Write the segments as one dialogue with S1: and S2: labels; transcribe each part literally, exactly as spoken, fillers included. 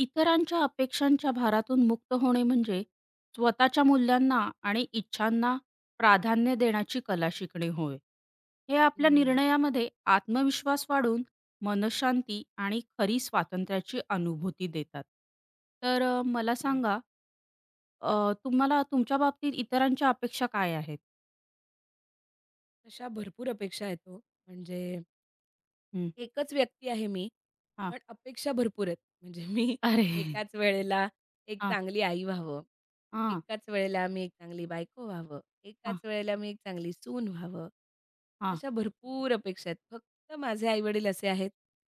S1: इतरांच्या अपेक्षांच्या भारातून मुक्त होणे म्हणजे स्वतःच्या मूल्यांना आणि इच्छांना प्राधान्य देण्याची कला शिकणे होय. हे आपल्या
S2: हं,
S1: निर्णयामध्ये आत्मविश्वास वाढून मनःशांती आणि खरी स्वातंत्र्याची अनुभूती देतात. तर अ, मला
S2: खरं आहे.
S1: सांगा अ, तुम्हाला तुमच्या बाबतीत इतरांच्या अपेक्षा काय आहेत?
S2: तशा भरपूर अपेक्षा आहेत हो. म्हणजे
S1: हं,
S2: एकच व्यक्ती आहे मी,
S1: हां.
S2: पण अपेक्षा भरपूर आहेत. म्हणजे मी
S1: अरे!
S2: एकाच वेळेला एक
S1: हां,
S2: चांगली आई व्हावं,
S1: हां,
S2: एकाच वेळेला मी एक चांगली बायको व्हावं,
S1: हां,
S2: एकाच वेळेला मी एक चांगली सून व्हावं.
S1: हां.
S2: अशा भरपूर अपेक्षा आहेत. फक्त माझे आई असे आहेत,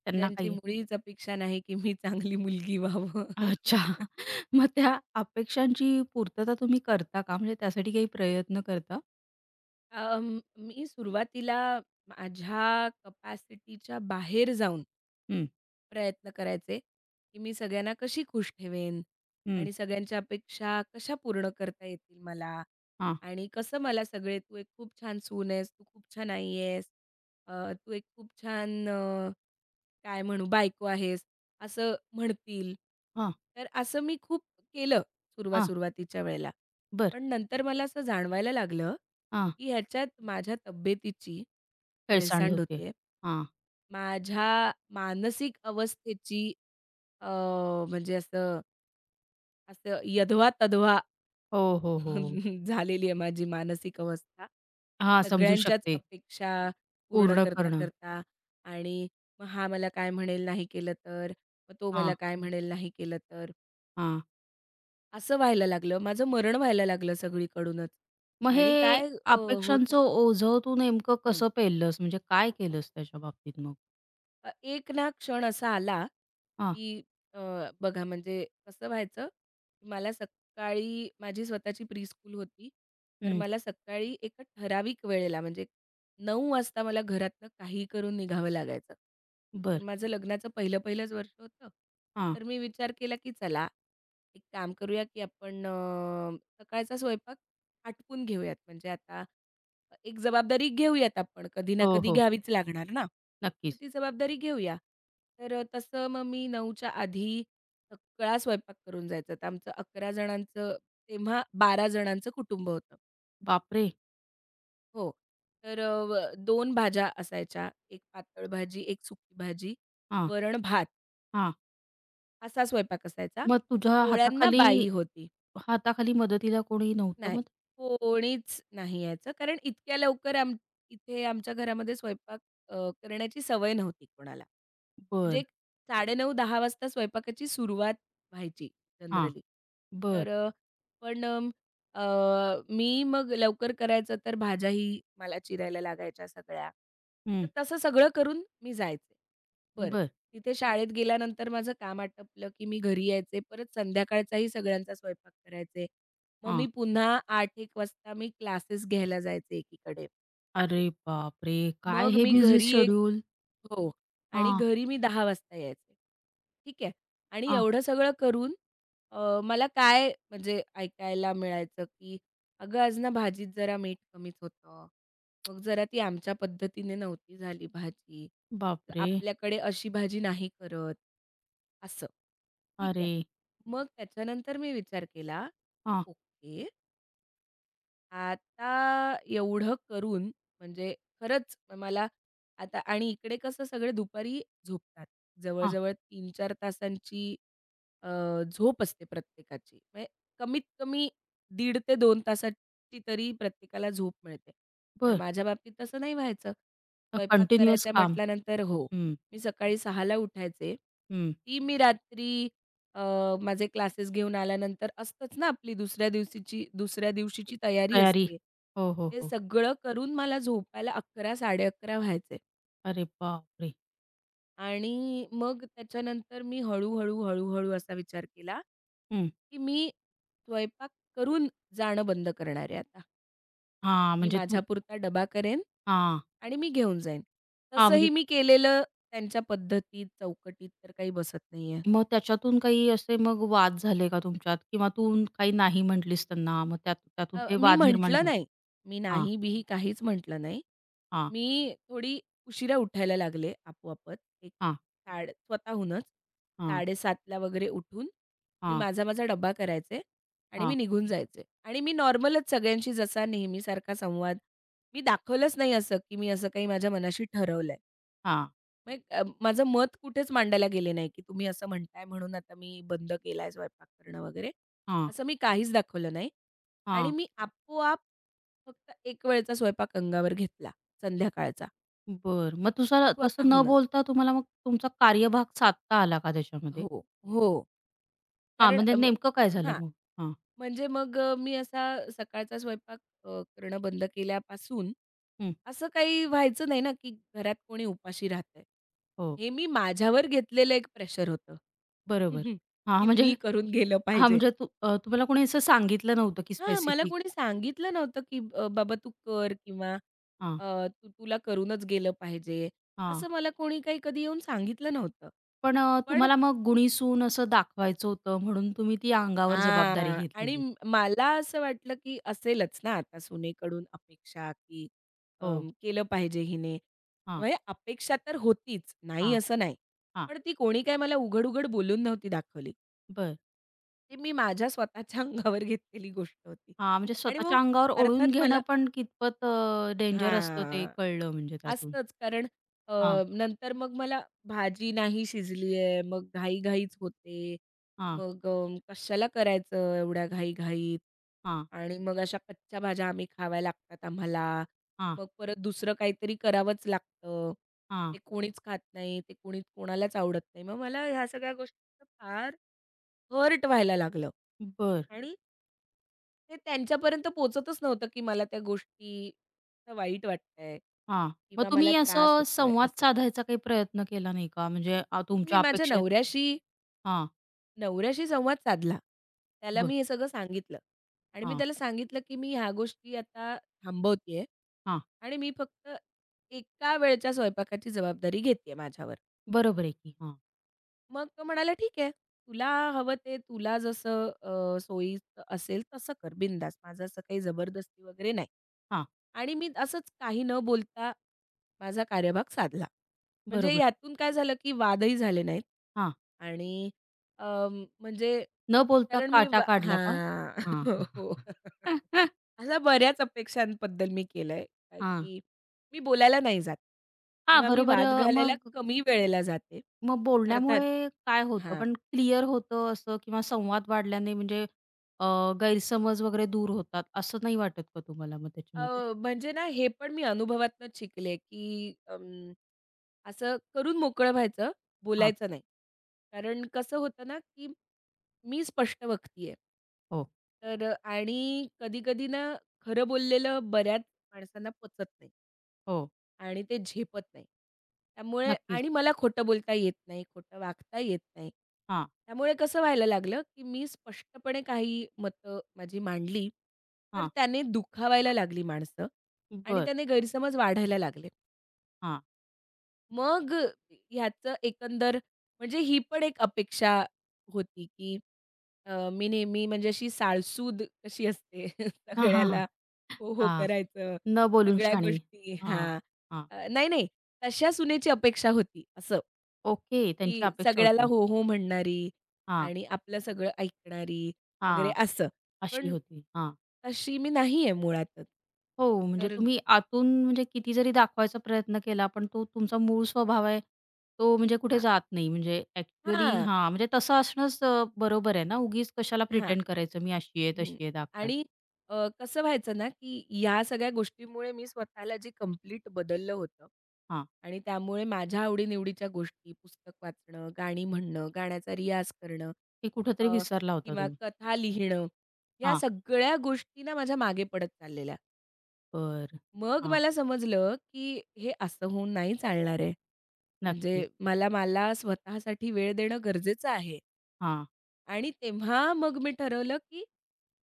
S1: त्यांना
S2: ज्यांची
S1: काही
S2: मुळीच अपेक्षा नाही, की मी चांगली मुलगी व्हावं.
S1: अच्छा. मग त्या अपेक्षांची पूर्तता तुम्ही करता का? म्हणजे त्यासाठी काही प्रयत्न करता?
S2: अं, मी सुरुवातीला माझ्या कपॅसिटीच्या बाहेर जाऊन
S1: हं,
S2: प्रयत्न करायचे, की मी सगळ्यांना कशी खुश ठेवेन
S1: हं.
S2: आणि सगळ्यांच्या अपेक्षा कशा पूर्ण करता येतील मला
S1: हां,
S2: आणि कसं मला सगळे, "तू एक खूप छान सून आहेस, तू खूप छान आई आहेस, अ, तू एक खूप छान अ, काय म्हणू, बायको आहेस," असं म्हणतील.
S1: हां,
S2: तर असं मी खूप केलं
S1: हां.
S2: सुरुवात-सुरुवातीच्या वेळेला.
S1: बरं.
S2: पण नंतर मला असं जाणवायला लागलं,
S1: हां.
S2: की ह्याच्यात माझ्या तब्येतीची
S1: हेळसांड
S2: हेळसांड
S1: होते.
S2: होते.
S1: हां.
S2: माझ्या मानसिक अवस्थेची अ, म्हणजे असं असं यधवा-तधवा
S1: हो, हो, हो.
S2: झालेली आहे माझी मानसिक अवस्था.
S1: हां, समजू
S2: सगळ्यांच्याच
S1: शकते.
S2: अपेक्षा पूर्ण
S1: पूर्ण करणं.
S2: करता-करता आणि मग हा मला काय म्हणेल नाही केलं तर, मग तो मला
S1: हां,
S2: काय म्हणेल नाही केलं तर.
S1: हां.
S2: असं व्हायला लागलं. माझं मरण व्हायला लागलं सगळीकडूनच
S1: मग
S2: आणि
S1: हे
S2: काय अ, होत
S1: अपेक्षांचं
S2: होतं
S1: ओझं तू नेमकं कसं पेललंस? म्हणजे काय केलंस त्याच्या बाबतीत मग?
S2: अ, एक ना क्षण असा आला,
S1: हां.
S2: की अ, बघा म्हणजे कसं व्हायचं, की मला सकाळी माझी स्वतःची प्रीस्कूल होती. तर
S1: हं.
S2: मला सकाळी एका ठराविक वेळेला म्हणजे नऊ वाजता मला घरातनं काही करून निघावं लागायचं. तर
S1: बरं.
S2: माझं लग्नाचं पहिलं-पहिलंच वर्ष होतं.
S1: हां.
S2: तर मी विचार केला, की चला एक काम करूया, की आपण अ, सकाळचा स्वयंपाक आटपून घेऊयात. म्हणजे आता एक जबाबदारी घेऊयात आपण, कधी ना
S1: हो,
S2: कधी
S1: हो.
S2: घ्यावीच लागणार ना, तर
S1: नक्कीच.
S2: ती जबाबदारी घेऊया. तर अ, तसं मग मी 9च्या आधी सगळा स्वयंपाक करून जायचा. तर आमचं अकरा जणांचं तेव्हा बारा जणांचं कुटुंब होतं.
S1: बापरे!
S2: हो. तर अ, व दोन भाज्या असायच्या, एक पातळ भाजी, एक सुकी भाजी,
S1: हां,
S2: वरण-भात
S1: हां.
S2: असा स्वयंपाक असायचा.
S1: मग तुझ्या
S2: पोळ्यांना
S1: हाताखाली
S2: बाई होती.
S1: हाताखाली मदतीला कोणी नव्हतं
S2: नाही. कोणीच नाही यायचं. कारण इतक्या लवकर आम इथे आमच्या घरामध्ये स्वयंपाक अ, करण्याची सवय नव्हती कोणाला. म्हणजे
S1: बरं.
S2: एक साडे नऊ-दहा वाजता स्वयंपाकाची सुरुवात व्हायची
S1: हां.
S2: जनरली.
S1: बरं.
S2: तर अ, पण अम, अ, मी मग लवकर करायचं तर भाज्याही मला चिरायला लागायच्या सगळ्या. तर
S1: हं.
S2: तसं सगळं करून मी जायचे. बरं.
S1: बरं.
S2: तिथे शाळेत गेल्यानंतर माझं काम आटपलं की मी घरी यायचे. परत संध्याकाळचाही सगळ्यांचा स्वयंपाक करायचे. मग मी
S1: हां.
S2: पुन्हा आठ वाजता मी क्लासेस घ्यायला जायचे एकीकडे.
S1: अरे बापरे! काय
S2: मग
S1: हे
S2: मी
S1: बिझी
S2: घरी एक
S1: शेड्यूल.
S2: हो. आणि
S1: हां,
S2: घरी मी दहा वाजता यायचे. ठीक आहे. आणि
S1: हां.
S2: एवढं सगळं करून अ, मला काय म्हणजे ऐकायला मिळायचं, की "अगं, आज ना भाजीत जरा मीठ कमीच होतं. मग जरा ती आमच्या पद्धतीने नव्हती झाली भाजी.
S1: बापरे!
S2: आपल्याकडे अशी भाजी नाही करत." असं. ठीक आहे.
S1: अरे!
S2: मग त्याच्यानंतर मी विचार केला, की
S1: हां,
S2: ओके आता एवढं करून म्हणजे खरंच मला आता आणि इकडे कसं सगळे दुपारी झोपतात.
S1: हां.
S2: जवळ-जवळ तीन चार तासांची अ, झोप असते प्रत्येकाची. म्हणजे कमीत कमी दीड ते दोन तासाची तरी प्रत्येकाला झोप मिळते. पण
S1: बरं.
S2: माझ्या बाबतीत तसं नाही व्हायचं. स्वयंपाक
S1: कंटिन्युअस
S2: करायचा
S1: काम.
S2: म्हटल्यानंतर हो,
S1: हं,
S2: मी सकाळी सहाला उठायचे.
S1: हं.
S2: ती मी रात्री अ, माझे क्लासेस घेऊन आल्यानंतर असतंच ना आपली दुसऱ्या दिवशीची दुसऱ्या दिवशीची तयारी
S1: तयारी.
S2: असते.
S1: हो, हो,
S2: ते
S1: हो.
S2: सगळं करून मला झोपायला अकरा, साडे अकरा व्हायचे.
S1: अरे बापरे!
S2: आणि मग त्याच्यानंतर मी हळू-हळू, हळू-हळू असा विचार केला,
S1: हं.
S2: की मी स्वयंपाक करून जाणं बंद करणार आहे आता.
S1: हां,
S2: मी
S1: म्हणजे तू
S2: माझ्यापुरता डबा करेन
S1: हां.
S2: आणि मी घेऊन जाईन.
S1: हां,
S2: तसंही
S1: म्हणजे
S2: मी केलेलं त्यांच्या पद्धतीत, चौकटीत तर काही बसत नाहीये.
S1: मग त्याच्यातून काही असे मग वाद झाले का तुमच्यात? किंवा तू काही नाही म्हटलीस त्यांना, मग त्यात त्यातून
S2: अ,
S1: ते
S2: मी
S1: वाद निर्माण
S2: म्हटलं
S1: झाले?
S2: नाही. मी नाही-बिही काहीच म्हटलं नाही.
S1: हां,
S2: मी थोडी उशिरा उठायला लागले आपोआपच. एक
S1: हां,
S2: साडे स्वतःहूनच
S1: हां,
S2: 7:30ला वगैरे उठून मी
S1: हां,
S2: माझा-माझा डब्बा करायचे आणि मी
S1: हां,
S2: निघून जायचे. आणि मी नॉर्मलच सगळ्यांशी जसा नेहमीसारखा संवाद मी दाखवलंच नाही असं, की मी असं काही माझ्या मनाशी ठरवलंय.
S1: हां,
S2: मग अ, माझं मत कुठेच मांडायला गेले नाही, की तुम्ही असं म्हणताय म्हणून आता मी बंद केलाय स्वयंपाक करणं वगैरे.
S1: हां,
S2: असं मी काहीच दाखवलं नाही आणि
S1: हां.
S2: मी आपोआप फक्त एक वेळचा स्वयंपाक अंगावर घेतला संध्याकाळचा
S1: बरं. मग तुझा तसं न
S2: स्वतःहूनच.
S1: बोलता तुम्हाला मग तुमचा कार्यभाग साधता आला का त्याच्यामध्ये?
S2: हो, हो.
S1: हां,
S2: कारण
S1: म्हणजे
S2: अ,
S1: नेमकं काय झालं
S2: हां.
S1: मग? हां.
S2: म्हणजे मग अ, मी असा सकाळचा स्वयंपाक अ, करणं बंद केल्यापासून
S1: हं.
S2: असं काही व्हायचं नाही ना, की घरात कोणी उपाशी राहतंय.
S1: हो.
S2: हे मी माझ्यावर घेतलेलं एक प्रेशर होतं,
S1: बरोबर. हां,
S2: की
S1: म्हणजे
S2: मी करून गेलं
S1: हां,
S2: पाहिजे.
S1: म्हणजे तू अ, तुम्हाला कोणी असं सांगितलं नव्हतं की
S2: हां, मला
S1: स्पेसिफिक
S2: कोणी सांगितलं नव्हतं, की अ, "बाबा तू कर" किंवा
S1: हां,
S2: अ, "तू तुला करूनच गेलं पाहिजे."
S1: हां.
S2: असं मला कोणी काही कधी येऊन सांगितलं नव्हतं.
S1: पण अ,
S2: पण
S1: तुम्हाला मग गुणी सून असं दाखवायचं होतं म्हणून तुम्ही ती अंगावर जबाबदारी
S2: हां. आणि
S1: घेतलेली.
S2: म- मला असं वाटलं, की असेलच ना आता सुनेकडून अपेक्षा, की
S1: हो.
S2: अं, केलं पाहिजे हिने.
S1: हां,
S2: म्हणजे अपेक्षा तर होतीच, नाही
S1: हां,
S2: असं नाही.
S1: हां.
S2: पण ती कोणी काय मला उघड-उघड बोलून नव्हती दाखवली.
S1: बरं.
S2: ती मी माझ्या स्वतःच्या अंगावर घेतलेली गोष्ट होती.
S1: हां, म्हणजे
S2: आणि मग
S1: स्वतःच्या अंगावर ओढून
S2: अर्थात
S1: घेणं
S2: मला
S1: पण कितपत डेंजर असतं ते
S2: हां.
S1: कळलं म्हणजे त्यातून.
S2: असतंच कारण अ,
S1: हां,
S2: नंतर मग मला भाजी नाही शिजली आहे, मग घाई-घाईच होते.
S1: हां,
S2: मग अ, कशाला करायचं एवढ्या घाई-घाईत
S1: हां,
S2: आणि मग अशा कच्च्या भाज्या आम्ही खाव्या लागतात आम्हाला.
S1: हां,
S2: मग परत दुसरं काहीतरी करावंच लागतं.
S1: हां.
S2: ते कोणीच खात नाही, ते कोणी कोणालाच आवडत नाही. मग मला ह्या सगळ्या गोष्टींचं फार हर्ट व्हायला लागलं
S1: बरं.
S2: आणि ते त्यांच्यापर्यंत पोहोचतच नव्हतं, की मला त्या गोष्टी वाईट वाटतंय
S1: हां. मग
S2: किंवा मला
S1: तुम्ही
S2: त्रास
S1: असं
S2: होतोय
S1: संवाद
S2: असं.
S1: साधायचा काही प्रयत्न केला नाही का? म्हणजे अ,
S2: मी
S1: तुमच्या
S2: माझ्या
S1: अपेक्षा आहेत
S2: नवऱ्याशी
S1: हां,
S2: नवऱ्याशी संवाद साधला. त्याला
S1: बरं.
S2: मी हे सगळं सांगितलं आणि मी
S1: हां,
S2: त्याला सांगितलं, की मी ह्या गोष्टी आता थांबवतेय
S1: हां.
S2: आणि मी फक्त एका वेळच्या स्वयंपाकाची जबाबदारी घेतेय माझ्यावर.
S1: बरोबर आहे की. हां,
S2: मग तो म्हणाला, "ठीक आहे. तुला हवं ते तुला जसं अ, सोयीचं असेल तसं कर बिनधास्त. माझं असं काही जबरदस्ती वगैरे नाही."
S1: हां.
S2: आणि मी असंच काही न बोलता माझा कार्यभाग साधला. म्हणजे
S1: बरोबर.
S2: यातून काय झालं, की वादही झाले नाहीत
S1: हां.
S2: आणि अं, म्हणजे
S1: न बोलता
S2: कारण मी
S1: काटा
S2: वा
S1: काढला का?
S2: हां.
S1: हां, हां,
S2: हो.
S1: हां.
S2: अशा बऱ्याच अपेक्षांबद्दल मी केलंय, काय
S1: हां.
S2: की मी बोलायला नाही जात किंवा मी
S1: बरोबर अ,
S2: वाद घालायला
S1: मग
S2: कमी वेळेला जाते.
S1: मग
S2: अर्थात
S1: बोलण्यामुळे काय होतं?
S2: हां.
S1: पण क्लिअर होतं असं किंवा संवाद वाढल्याने म्हणजे अ, गैरसमज वगैरे दूर होतात असं नाही वाटत का तुम्हाला मग त्याच्यामध्ये?
S2: अ, म्हणजे ना हे पण मी अनुभवातनंच शिकले, की अं, असं करून मोकळं व्हायचं,
S1: हां.
S2: बोलायचं नाही. कारण कसं होतं ना, की मी स्पष्ट वक्ती आहे.
S1: हो,
S2: तर अ, आणि कधी-कधी ना खरं बोललेलं बऱ्याच माणसांना पचत नाही.
S1: हो.
S2: आणि ते झेपत नाही. त्यामुळे आणि
S1: नक्कीच.
S2: मला खोटं बोलता येत नाही, खोटं वागता येत नाही.
S1: हां,
S2: त्यामुळे कसं व्हायला लागलं, की मी स्पष्टपणे काही मतं माझी मांडली, तर
S1: हां.
S2: त्याने दुखावायला लागली माणसं आणि
S1: बरं.
S2: त्याने गैरसमज वाढायला लागले.
S1: हां.
S2: मग ह्याचं एकंदर म्हणजे ही पण एक अपेक्षा होती, की अ, मी नेहमी म्हणजे अशी साळसूद कशी असते
S1: हां, हां, हां.
S2: सगळ्याला हो, हो
S1: हां.
S2: करायचं,
S1: न बोलून
S2: सगळ्या
S1: शहाणी.
S2: गोष्टी
S1: हां,
S2: हां.
S1: हां.
S2: अ, नाही, नाही तशा सुनेची अपेक्षा होती असं.
S1: ओके.
S2: की
S1: त्यांची अपेक्षा
S2: सगळ्याला
S1: होती.
S2: हो, हो म्हणणारी
S1: हां,
S2: आणि आपलं सगळं ऐकणारी वगैरे
S1: हां.
S2: असं.
S1: अशी
S2: पण
S1: होती. हां.
S2: तशी मी नाहीये मुळातच.
S1: हो, म्हणजे
S2: तर
S1: तुम्ही आतून म्हणजे किती जरी दाखवायचा प्रयत्न केला, पण तो तुमचा मूळ स्वभाव आहे, तो म्हणजे कुठे
S2: हां,
S1: जात नाही. म्हणजे ॲक्चुअली
S2: हां,
S1: हां, म्हणजे तसं असणंच अ, बरोबर आहे ना. उगीच कशाला
S2: हां.
S1: प्रिटेंड करायचं, मी अशी आहे,
S2: हं.
S1: तशी आहे
S2: आणि
S1: दाखवायला.
S2: अ, कसं व्हायचं ना, की ह्या सगळ्या गोष्टीमुळे मी स्वतःला जे कंप्लीट बदललं होतं
S1: हां,
S2: आणि त्यामुळे माझ्या आवडी-निवडीच्या गोष्टी, पुस्तक वाचणं, गाणी म्हणणं, गाण्याचा रियाज करणं
S1: ते कुठेतरी
S2: अ,
S1: विसरला होता
S2: किंवा
S1: तुम्ही.
S2: कथा लिहिणं, या
S1: हां,
S2: सगळ्या गोष्टी ना माझ्या मागे पडत चाललेल्या.
S1: बरं.
S2: मग
S1: हां,
S2: मला समजलं, की हे असं होऊन नाही चालणार आहे. म्हणजे
S1: नक्कीच.
S2: मला मला स्वतःसाठी वेळ देणं गरजेचं आहे.
S1: हां.
S2: आणि तेव्हा मग मी ठरवलं, की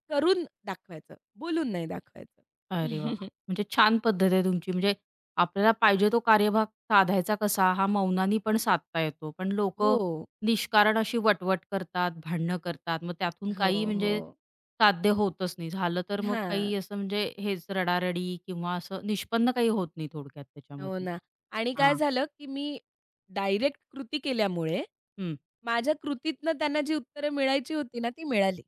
S2: करून दाखवायचं, बोलून नाही दाखवायचं.
S1: अरे वाह! म्हणजे छान पद्धत आहे तुमची. म्हणजे आपल्याला पाहिजे तो कार्यभाग साधायचा कसा, हा मौनाने पण साधता येतो. पण लोकं
S2: हो,
S1: निष्कारण अशी वटवट करतात, भांडणं करतात. मग त्यातून
S2: हो,
S1: काही
S2: हो.
S1: म्हणजे साध्य होतच नाही. झालं तर मग
S2: हां,
S1: काही असं म्हणजे हेच रडारडी किंवा असं निष्पन्न काही होत नाही थोडक्यात
S2: हो
S1: त्याच्यामधून.
S2: ना. आणि काय
S1: हां.
S2: झालं, की मी डायरेक्ट कृती केल्यामुळे
S1: हं.
S2: माझ्या कृतीतनं त्यांना जी उत्तरं मिळायची होती ना, ती मिळाली.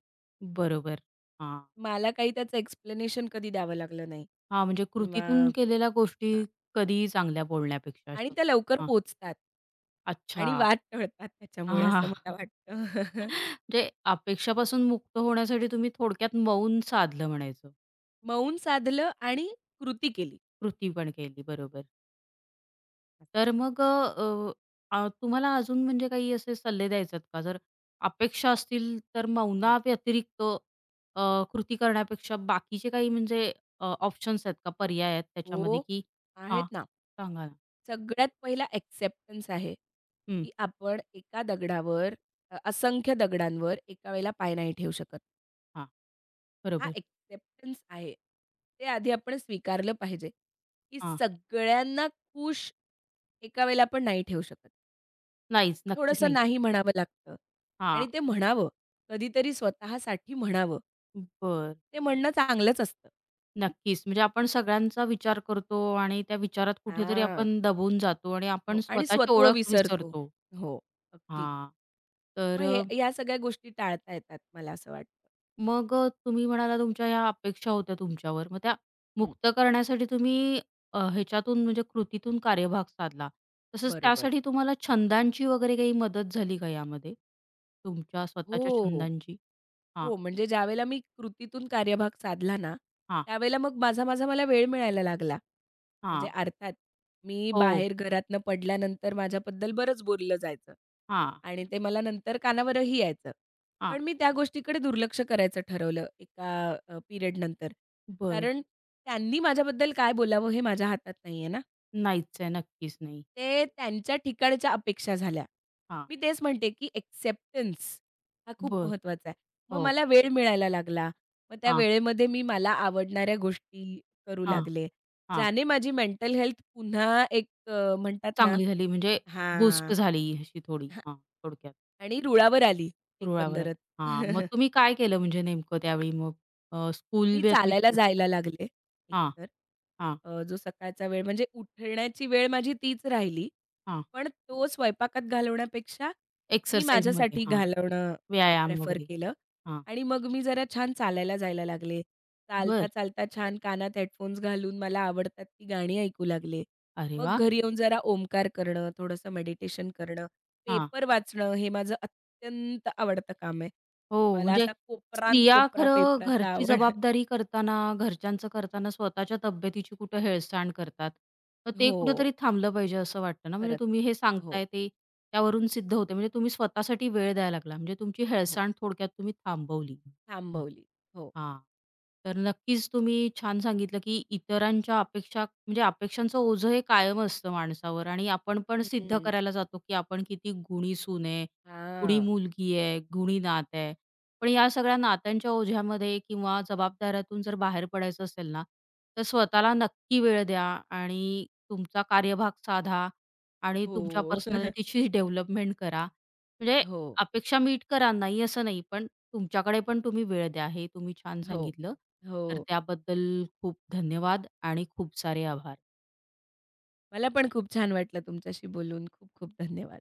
S1: बरोबर. हां.
S2: मला काही त्याचं एक्सप्लेनेशन कधी द्यावं लागलं नाही
S1: हां, म्हणजे
S2: किंवा
S1: कृतीतून केलेल्या गोष्टी
S2: हां
S1: कधीही चांगल्या बोलण्यापेक्षा
S2: आणि
S1: असं.
S2: त्या लवकर
S1: हां.
S2: पोहोचतात
S1: अच्छा.
S2: आणि वाद टळतात त्याच्यामुळे
S1: हा
S2: असं मला वाटतं.
S1: म्हणजे अपेक्षापासून मुक्त होण्यासाठी तुम्ही थोडक्यात मौन साधलं म्हणायचं.
S2: मौन साधलं आणि कृती केली.
S1: कृती पण केली, बरोबर. तर मग अ, अ, तुम्हाला अजून म्हणजे काही असे सल्ले द्यायचे आहेत का? जर अपेक्षा असतील तर मौनाव्यतिरिक्त अ, कृती करण्यापेक्षा बाकीचे काही म्हणजे अ, ऑप्शन्स आहेत का? पर्याय आहेत
S2: हो,
S1: त्याच्यामध्ये की हां,
S2: आहेत ना.
S1: सांगा ना?
S2: सगळ्यात पहिला एक्सेप्टन्स आहे,
S1: हं,
S2: की आपण एका दगडावर अ, असंख्य दगडांवर एका वेळेला पाय नाही ठेवू शकत.
S1: हां,
S2: हा
S1: बरोबर.
S2: एक्सेप्टन्स आहे. ते आधी आपण स्वीकारलं पाहिजे, की
S1: हां,
S2: सगळ्यांना खुश एका वेळेला आपण नाही ठेवू शकत.
S1: नाहीच, नक्कीच
S2: थोडंसं
S1: नाही.
S2: नाही म्हणावं लागतं आणि
S1: हां,
S2: ते म्हणावं. कधीतरी स्वतःसाठी म्हणावं.
S1: बरं.
S2: ते म्हणणं चांगलंच असतं.
S1: नक्कीच. म्हणजे आपण सगळ्यांचा विचार करतो आणि त्या विचारात कुठेतरी
S2: हां.
S1: आपण दबून जातो आणि
S2: हो
S1: आपण
S2: आणि
S1: स्वतःची
S2: स्वत्व
S1: ओळख
S2: विसरतो.
S1: विसरतो.
S2: हो, अगदी.
S1: हां. तर
S2: मग
S1: अ,
S2: हे या सगळ्या गोष्टी टाळता येतात मला असं वाटतं.
S1: मग अ, तुम्ही म्हणाला तुमच्या ह्या अपेक्षा होत्या तुमच्यावर. मग त्या
S2: हं,
S1: मुक्त करण्यासाठी तुम्ही अ, ह्याच्यातून म्हणजे कृतीतून कार्यभाग साधला. तसंच
S2: बरोबर.
S1: त्यासाठी तुम्हाला छंदांची वगैरे काही मदत झाली का यामध्ये? तुमच्या स्वतःच्या
S2: हो,
S1: छंदांची? हां,
S2: हो. म्हणजे ज्यावेळेला मी कृतीतून कार्यभाग साधला ना,
S1: हां,
S2: त्यावेळेला मग माझा-माझा मला वेळ मिळायला लागला. म्हणजे
S1: हां.
S2: अर्थात मी
S1: हो.
S2: बाहेर घरातनं पडल्यानंतर माझ्याबद्दल बरंच बोललं जायचं
S1: हां,
S2: आणि ते मला नंतर कानावरही यायचं.
S1: हां.
S2: पण मी त्या गोष्टीकडे दुर्लक्ष करायचं ठरवलं एका अ, पिरियडनंतर.
S1: बरं.
S2: कारण त्यांनी माझ्याबद्दल काय बोलावं हे माझ्या हातात नाहीये ना.
S1: नाहीच आहे. नक्कीच नाही.
S2: ते त्यांच्या ठिकाणच्या अपेक्षा झाल्या.
S1: हां.
S2: मी तेच म्हणते, की एक्सेप्टन्स हा खूप
S1: बरं.
S2: महत्त्वाचा आहे. मग
S1: हो.
S2: मला वेळ मिळायला लागला. मग त्या
S1: हां.
S2: वेळेमध्ये मी मला आवडणाऱ्या गोष्टी करू
S1: हां,
S2: लागले.
S1: हां.
S2: ज्याने माझी मेंटल हेल्थ पुन्हा एक अ, म्हणतात ना
S1: चांगली झाली म्हणजे बूस्ट
S2: हां,
S1: झाली अशी थोडी.
S2: हां
S1: हां, थोडक्यात
S2: आणि रुळावर आली
S1: रुळावर आली.
S2: एकंदरच.
S1: हां, मग तुम्ही काय केलं म्हणजे नेमकं त्यावेळी मग? अ, स्कूल
S2: मी चालायला
S1: व्यतिरिक्त
S2: जायला लागले
S1: हां,
S2: एकतर.
S1: हां,
S2: अ, जो सकाळचा वेळ म्हणजे उठण्याची वेळ माझी तीच राहिली.
S1: हां.
S2: पण तो स्वयंपाकात घालवण्यापेक्षा मी
S1: एक्सरसाइजमध्ये
S2: माझ्यासाठी
S1: हां,
S2: घालवणं अ,
S1: व्यायाम
S2: प्रेफर
S1: वगैरे.
S2: केलं
S1: हां,
S2: आणि मग मी जरा छान चालायला जायला लागले.
S1: बरं.
S2: चालता-चालता छान कानात हेडफोन्स घालून मला आवडतात ती गाणी ऐकू लागले.
S1: अरे
S2: मग
S1: वाह!
S2: घरी येऊन जरा ओमकार करणं, थोडंसं मेडिटेशन करणं,
S1: हां.
S2: पेपर वाचणं हे माझं अत्यंत आवडतं काम आहे.
S1: हो,
S2: मला
S1: म्हणजे
S2: असा कोपरान
S1: स्त्रिया
S2: कोपरा
S1: खरं
S2: पेपराचा
S1: घरची
S2: आवड
S1: जबाबदारी करताना, घरच्यांचं करताना स्वतःच्या तब्येतीची कुठं हेळसांड करतात. तर ते
S2: हो,
S1: कुठेतरी थांबलं पाहिजे असं वाटतं ना, म्हणजे
S2: खरंच.
S1: तुम्ही हे
S2: हो,
S1: सांगताय ते त्यावरून सिद्ध होते. म्हणजे तुम्ही स्वतःसाठी वेळ द्यायला लागला. म्हणजे तुमची
S2: हो.
S1: हेळसांड थोडक्यात तुम्ही थांबवली.
S2: थांबवली. हो.
S1: हां. तर नक्कीच तुम्ही छान सांगितलं, की इतरांच्या अपेक्षा म्हणजे अपेक्षांचं ओझं हे कायम असतं माणसावर आणि आपण पण सिद्ध
S2: हं.
S1: करायला जातो, की आपण किती गुणी सून आहे, गुणी
S2: हां.
S1: मुलगी आहे, गुणी नात आहे. पण या सगळ्या नात्यांच्या ओझ्यामध्ये किंवा जबाबदाऱ्यातून जर बाहेर पडायचं असेल ना, तर स्वतःला नक्की वेळ द्या आणि तुमचा कार्यभाग साधा आणि तुमच्या
S2: हो.
S1: पर्सनॅलिटीची डेव्हलपमेंट करा. म्हणजे
S2: हो,
S1: अपेक्षा मीट करा, नाही असं नाही, पण तुमच्याकडे पण तुम्ही वेळ द्या, हे तुम्ही छान
S2: हो,
S1: सांगितलं. तर
S2: हो.
S1: त्याबद्दल खूप धन्यवाद आणि खूप सारे आभार.
S2: मला पण खूप छान वाटलं तुमच्याशी बोलून. खूप खूप धन्यवाद.